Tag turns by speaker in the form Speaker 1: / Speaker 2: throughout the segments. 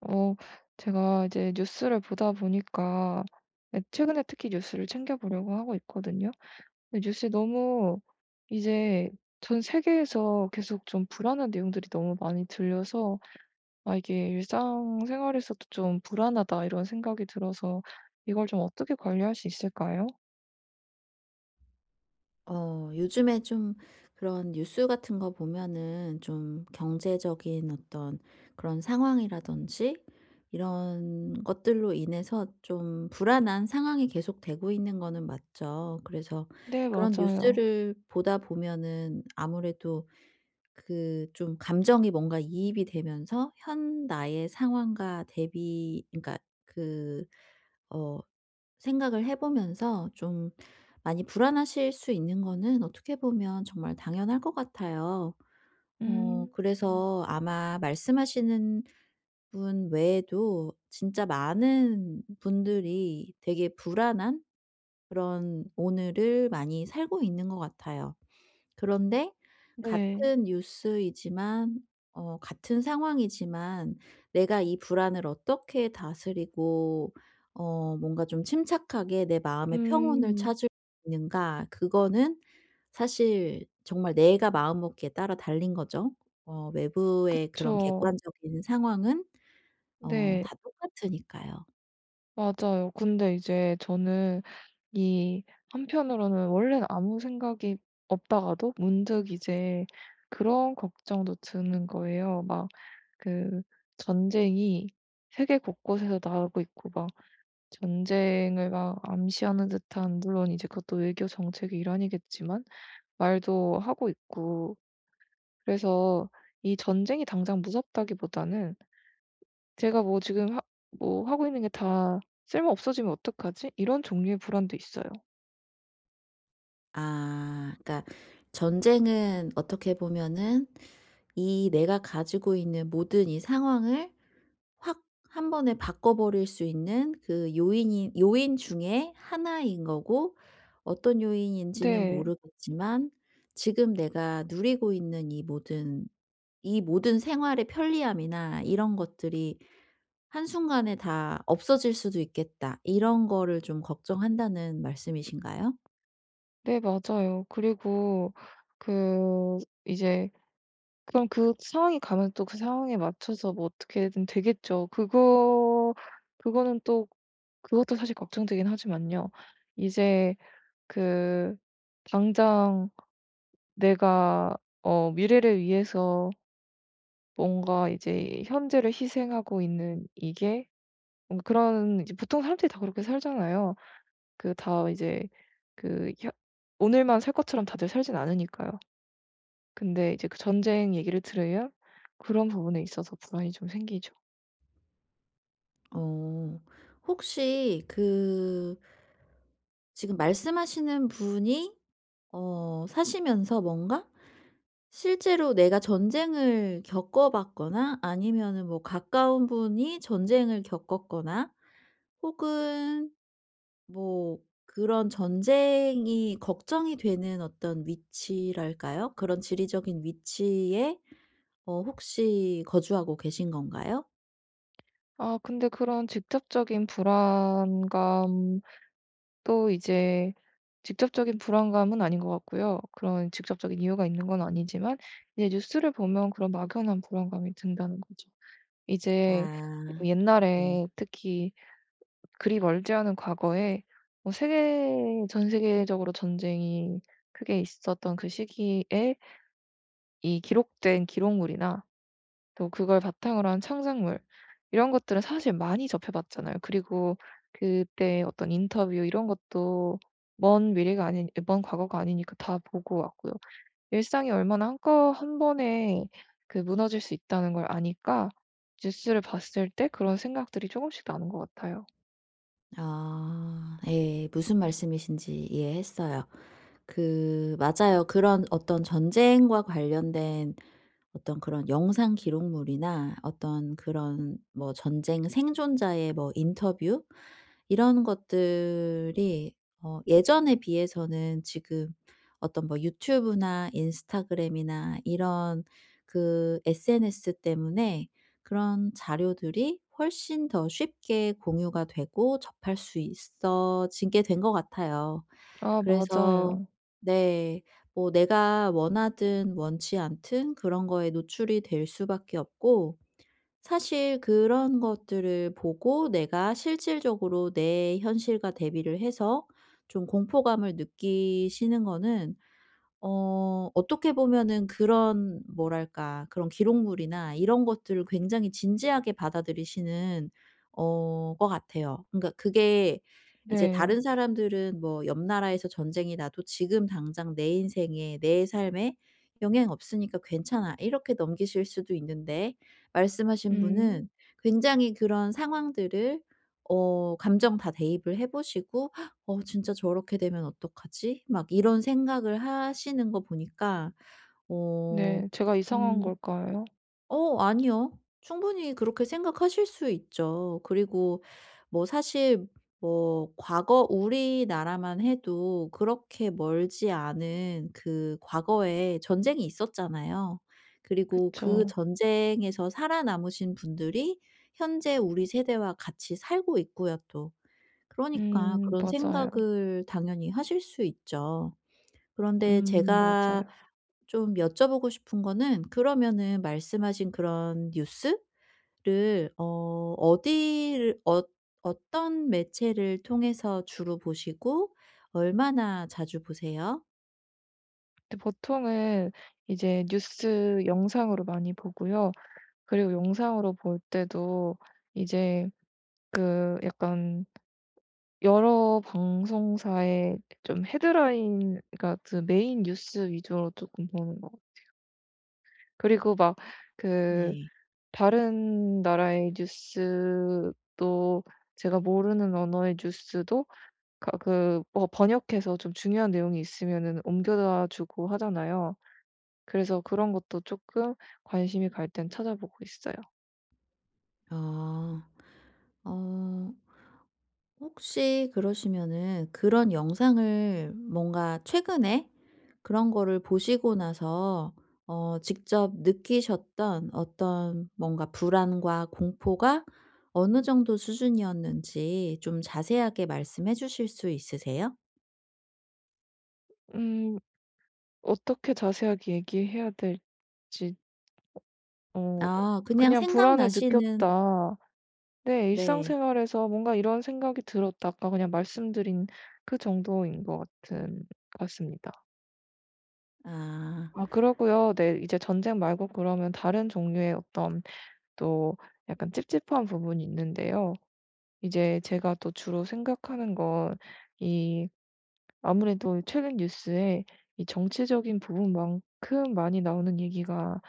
Speaker 1: 어, 제가 이제 뉴스를 보다 보니까, 예, 최근에 특히 뉴스를 챙겨보려고 하고 있거든요. 근데 뉴스에 너무 이제 전 세계에서 계속 좀 불안한 내용들이 너무 많이 들려서, 아, 이게 일상생활에서도 좀 불안하다 이런 생각이 들어서, 이걸 좀 어떻게 관리할 수 있을까요?
Speaker 2: 요즘에 좀 그런 뉴스 같은 거 보면은 좀 경제적인 어떤 그런 상황이라든지 이런 것들로 인해서 좀 불안한 상황이 계속되고 있는 거는 맞죠. 그래서
Speaker 1: 네,
Speaker 2: 그런
Speaker 1: 맞아요.
Speaker 2: 뉴스를 보다 보면은 아무래도 그 좀 감정이 뭔가 이입이 되면서 현 나의 상황과 대비, 그러니까 그, 어, 생각을 해 보면서 좀 많이 불안하실 수 있는 거는 어떻게 보면 정말 당연할 것 같아요.
Speaker 1: 음.
Speaker 2: 그래서 아마 말씀하시는 분 외에도 진짜 많은 분들이 되게 불안한 그런 오늘을 많이 살고 있는 것 같아요. 그런데
Speaker 1: 네.
Speaker 2: 같은 뉴스이지만 같은 상황이지만, 내가 이 불안을 어떻게 다스리고 뭔가 좀 침착하게 내 마음의 평온을
Speaker 1: 음.
Speaker 2: 찾을 수 있는가, 그거는 사실 정말 내가 마음먹기에 따라 달린 거죠. 외부의 그런
Speaker 1: 그쵸.
Speaker 2: 객관적인 상황은
Speaker 1: 네,
Speaker 2: 다 똑같으니까요.
Speaker 1: 맞아요. 근데 이제 저는, 이 한편으로는 원래는 아무 생각이 없다가도 문득 이제 그런 걱정도 드는 거예요. 막 그 전쟁이 세계 곳곳에서 나오고 있고, 막 전쟁을 막 암시하는 듯한, 물론 이제 그것도 외교 정책의 일환이겠지만, 말도 하고 있고. 그래서 이 전쟁이 당장 무섭다기보다는 제가 뭐 지금 하 뭐 하고 있는 게 다 쓸모 없어지면 어떡하지? 이런 종류의 불안도 있어요.
Speaker 2: 아, 그러니까 전쟁은 어떻게 보면은 이 내가 가지고 있는 모든 이 상황을 확 한 번에 바꿔 버릴 수 있는 그 요인 중에 하나인 거고, 어떤 요인인지는
Speaker 1: 네.
Speaker 2: 모르겠지만 지금 내가 누리고 있는 이 모든 생활의 편리함이나 이런 것들이 '한순간에 다 없어질 수도 있겠다.' 이런 거를 좀 걱정한다는 말씀이신가요?
Speaker 1: 네, 맞아요. 그리고 그 이제 그럼 그 상황이 가면 또 그 상황에 맞춰서 뭐 어떻게든 되겠죠. 그거는 또 그것도 사실 걱정되긴 하지만요. 이제 그 당장 내가 미래를 위해서 뭔가 이제 현재를 희생하고 있는 이게, 뭔가 그런 이제, 보통 사람들이 다 그렇게 살잖아요. 그 다 이제 그 혀 오늘만 살 것처럼 다들 살진 않으니까요. 근데 이제 그 전쟁 얘기를 들으면 그런 부분에 있어서 불안이 좀 생기죠.
Speaker 2: 어. 혹시 그, 지금 말씀하시는 분이 사시면서 뭔가 실제로 내가 전쟁을 겪어 봤거나 아니면은 뭐 가까운 분이 전쟁을 겪었거나, 혹은 뭐 그런 전쟁이 걱정이 되는 어떤 위치랄까요, 그런 지리적인 위치에 혹시 거주하고 계신 건가요?
Speaker 1: 아 근데 그런 직접적인 불안감도 이제, 직접적인 불안감은 아닌 것 같고요. 그런 직접적인 이유가 있는 건 아니지만 이제 뉴스를 보면 그런 막연한 불안감이 든다는 거죠. 이제
Speaker 2: 아. 네.
Speaker 1: 옛날에 특히, 그리 멀지 않은 과거에 뭐 세계 전 세계적으로 전쟁이 크게 있었던 그 시기에 이 기록된 기록물이나, 또 그걸 바탕으로 한 창작물, 이런 것들은 사실 많이 접해봤잖아요. 그리고 그때 어떤 인터뷰 이런 것도, 먼 미래가 아닌, 먼 과거가 아니니까 다 보고 왔고요. 일상이 얼마나 한꺼 한 번에 그 무너질 수 있다는 걸 아니까, 뉴스를 봤을 때 그런 생각들이 조금씩 나는 것 같아요.
Speaker 2: 아. 예. 무슨 말씀이신지 이해했어요. 그 맞아요. 그런 어떤 전쟁과 관련된 어떤 그런 영상 기록물이나 어떤 그런 뭐 전쟁 생존자의 뭐 인터뷰, 이런 것들이 예전에 비해서는 지금 어떤 뭐 유튜브나 인스타그램이나 이런 그 SNS 때문에 그런 자료들이 훨씬 더 쉽게 공유가 되고 접할 수 있어지게 된 것 같아요.
Speaker 1: 아
Speaker 2: 그래서,
Speaker 1: 맞아요.
Speaker 2: 네, 뭐 내가 원하든 원치 않든 그런 거에 노출이 될 수밖에 없고, 사실 그런 것들을 보고 내가 실질적으로 내 현실과 대비를 해서 좀 공포감을 느끼시는 거는 어떻게 보면은 그런 뭐랄까 그런 기록물이나 이런 것들을 굉장히 진지하게 받아들이시는 어 것 같아요. 그러니까 그게 이제
Speaker 1: 네.
Speaker 2: 다른 사람들은 뭐 옆 나라에서 전쟁이 나도 지금 당장 내 인생에 내 삶에 영향 없으니까 괜찮아, 이렇게 넘기실 수도 있는데, 말씀하신
Speaker 1: 음.
Speaker 2: 분은 굉장히 그런 상황들을 감정 다 대입을 해 보시고 진짜 저렇게 되면 어떡하지?' 막 이런 생각을 하시는 거 보니까. 어
Speaker 1: 네. 제가 이상한
Speaker 2: 음
Speaker 1: 걸까요?
Speaker 2: 아니요, 충분히 그렇게 생각하실 수 있죠. 그리고 뭐 사실, 뭐 과거 우리나라만 해도 그렇게 멀지 않은 그 과거에 전쟁이 있었잖아요. 그리고 그
Speaker 1: 그쵸.
Speaker 2: 전쟁에서 살아남으신 분들이 현재 우리 세대와 같이 살고 있고요, 또. 그러니까 그런
Speaker 1: 맞아요.
Speaker 2: 생각을 당연히 하실 수 있죠. 그런데 제가
Speaker 1: 맞아요.
Speaker 2: 좀 여쭤보고 싶은 거는, 그러면은 말씀하신 그런 뉴스를 어 어디를, 어떤 매체를 통해서 주로 보시고 얼마나 자주 보세요?
Speaker 1: 근데 보통은 이제 뉴스 영상으로 많이 보고요. 그리고 영상으로 볼 때도 이제, 그 약간 여러 방송사의 좀 헤드라인, 그러니까 그 메인 뉴스 위주로 조금 보는 것 같아요. 그리고 막 그
Speaker 2: 네.
Speaker 1: 다른 나라의 뉴스도, 제가 모르는 언어의 뉴스도 가 그 뭐 번역해서 좀 중요한 내용이 있으면은 옮겨다 주고 하잖아요. 그래서 그런 것도 조금 관심이 갈 땐 찾아보고 있어요.
Speaker 2: 아. 어. 혹시 그러시면은 그런 영상을 뭔가 최근에 그런 거를 보시고 나서 직접 느끼셨던 어떤 뭔가 불안과 공포가 어느 정도 수준이었는지 좀 자세하게 말씀해 주실 수 있으세요?
Speaker 1: 음 어떻게 자세하게 얘기해야 될지. 어
Speaker 2: 아, 그냥
Speaker 1: 그냥 "불안을
Speaker 2: 생각나시는.
Speaker 1: 느꼈다. 내
Speaker 2: 네.
Speaker 1: 일상생활에서 뭔가 이런 생각이 들었다." 아까 그냥 말씀드린 그 정도인 것 같은 같습니다.
Speaker 2: 아.
Speaker 1: 아 그러고요. 네 이제 전쟁 말고 그러면 다른 종류의 어떤, 또 약간 찝찝한 부분이 있는데요. 이제 제가 또 주로 생각하는 건이, 아무래도 최근 뉴스에 이 정치적인 부분만큼 많이 나오는 얘기가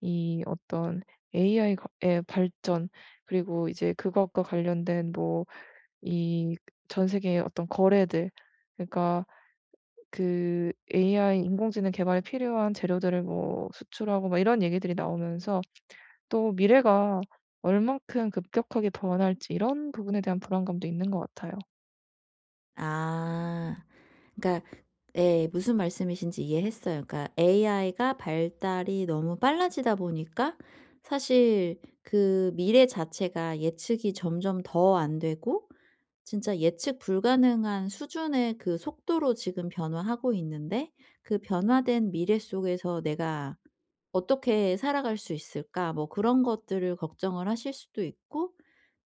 Speaker 1: 이 어떤 AI 의 발전, 그리고 이제 그것과 관련된 뭐 이 전 세계의 어떤 거래들, 그러니까 그 AI 인공지능 개발에 필요한 재료들을 뭐 수출하고 막 이런 얘기들이 나오면서, 또 미래가 얼만큼 급격하게 변할지 이런 부분에 대한 불안감도 있는 것 같아요.
Speaker 2: 아. 그러니까, 예, 무슨 말씀이신지 이해했어요. 그러니까 AI가 발달이 너무 빨라지다 보니까 사실 그 미래 자체가 예측이 점점 더 안 되고 진짜 예측 불가능한 수준의 그 속도로 지금 변화하고 있는데, 그 변화된 미래 속에서 내가 '어떻게 살아갈 수 있을까?' 뭐 그런 것들을 걱정을 하실 수도 있고,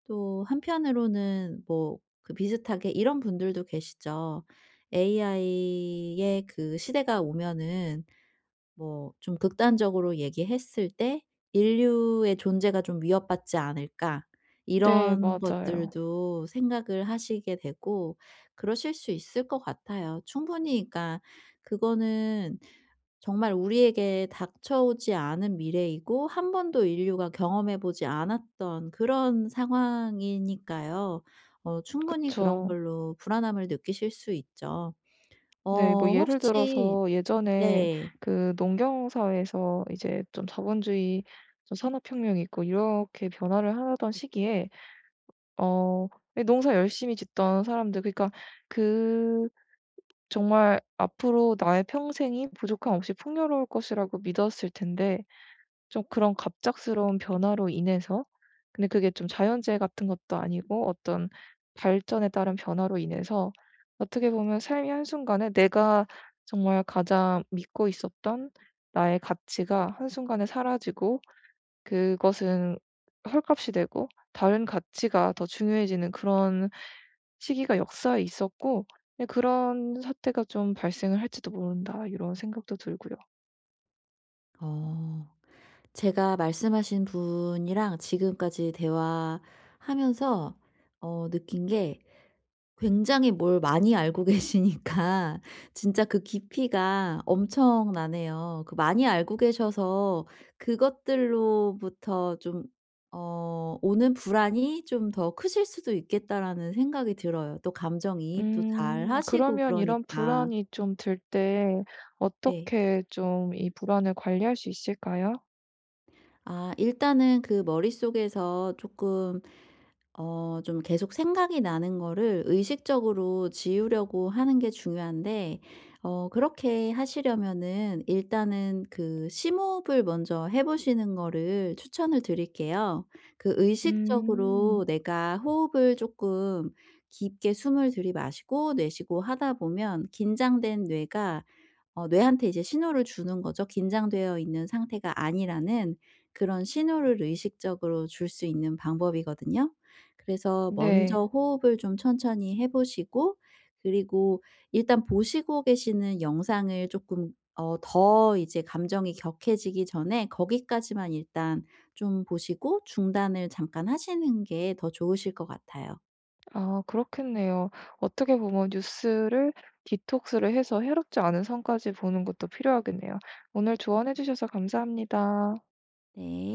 Speaker 2: 또 한편으로는 뭐 그 비슷하게 이런 분들도 계시죠. AI의 그 시대가 오면은 뭐 좀 극단적으로 얘기했을 때 '인류의 존재가 좀 위협받지 않을까?'
Speaker 1: 네,
Speaker 2: 이런
Speaker 1: 맞아요.
Speaker 2: 것들도 생각을 하시게 되고 그러실 수 있을 것 같아요. 충분히, 그러니까 그거는 정말 우리에게 닥쳐오지 않은 미래이고 한 번도 인류가 경험해 보지 않았던 그런 상황이니까요. 충분히 그런
Speaker 1: 그쵸.
Speaker 2: 걸로 불안함을 느끼실 수 있죠.
Speaker 1: 네. 뭐 예를
Speaker 2: 혹시.
Speaker 1: 들어서 예전에
Speaker 2: 네.
Speaker 1: 그 농경 사회에서 이제 좀 자본주의, 좀 산업혁명이 있고 이렇게 변화를 하던 시기에, 어 예, 농사 열심히 짓던 사람들, 그러니까 그 정말 앞으로 나의 평생이 부족함 없이 풍요로울 것이라고 믿었을 텐데, 좀 그런 갑작스러운 변화로 인해서, 근데 그게 좀 자연재해 같은 것도 아니고 어떤 발전에 따른 변화로 인해서 어떻게 보면 삶이 한순간에, 내가 정말 가장 믿고 있었던 나의 가치가 한순간에 사라지고 그것은 헐값이 되고 다른 가치가 더 중요해지는 그런 시기가 역사에 있었고, 근데 그런 사태가 좀 발생을 할지도 모른다 이런 생각도 들고요.
Speaker 2: 어 제가 말씀하신 분이랑 지금까지 대화하면서 느낀 게, 굉장히 뭘 많이 알고 계시니까 진짜 그 깊이가 엄청나네요. 그 많이 알고 계셔서 그것들로부터 좀 오는 불안이 좀 더 크실 수도 있겠다라는 생각이 들어요. 또 감정이입도
Speaker 1: 음.
Speaker 2: 잘하시고,
Speaker 1: 그러면 이런
Speaker 2: 그러니까.
Speaker 1: 불안이 좀 들 때
Speaker 2: 네.
Speaker 1: 어떻게 좀 이 불안을 관리할 수 있을까요?
Speaker 2: 아, 일단은 그 머릿속에서 조금 좀 계속 생각이 나는 거를 의식적으로 지우려고 하는 게 중요한데, 그렇게 하시려면은 일단은 그 심호흡을 먼저 해 보시는 거를 추천을 드릴게요. 그 의식적으로
Speaker 1: 음.
Speaker 2: 내가 호흡을 조금 깊게 숨을 들이마시고 내쉬고 하다 보면 긴장된 뇌가, 뇌한테 이제 신호를 주는 거죠. 긴장되어 있는 상태가 아니라는 그런 신호를 의식적으로 줄 수 있는 방법이거든요. 그래서 먼저
Speaker 1: 네.
Speaker 2: 호흡을 좀 천천히 해 보시고, 그리고 일단 보시고 계시는 영상을 조금, 더 이제 감정이 격해지기 전에 거기까지만 일단 좀 보시고 중단을 잠깐 하시는 게 더 좋으실 것 같아요.
Speaker 1: 아 그렇겠네요. 어떻게 보면 뉴스를 디톡스를 해서 해롭지 않은 선까지 보는 것도 필요하겠네요. 오늘 조언해 주셔서 감사합니다.
Speaker 2: 네.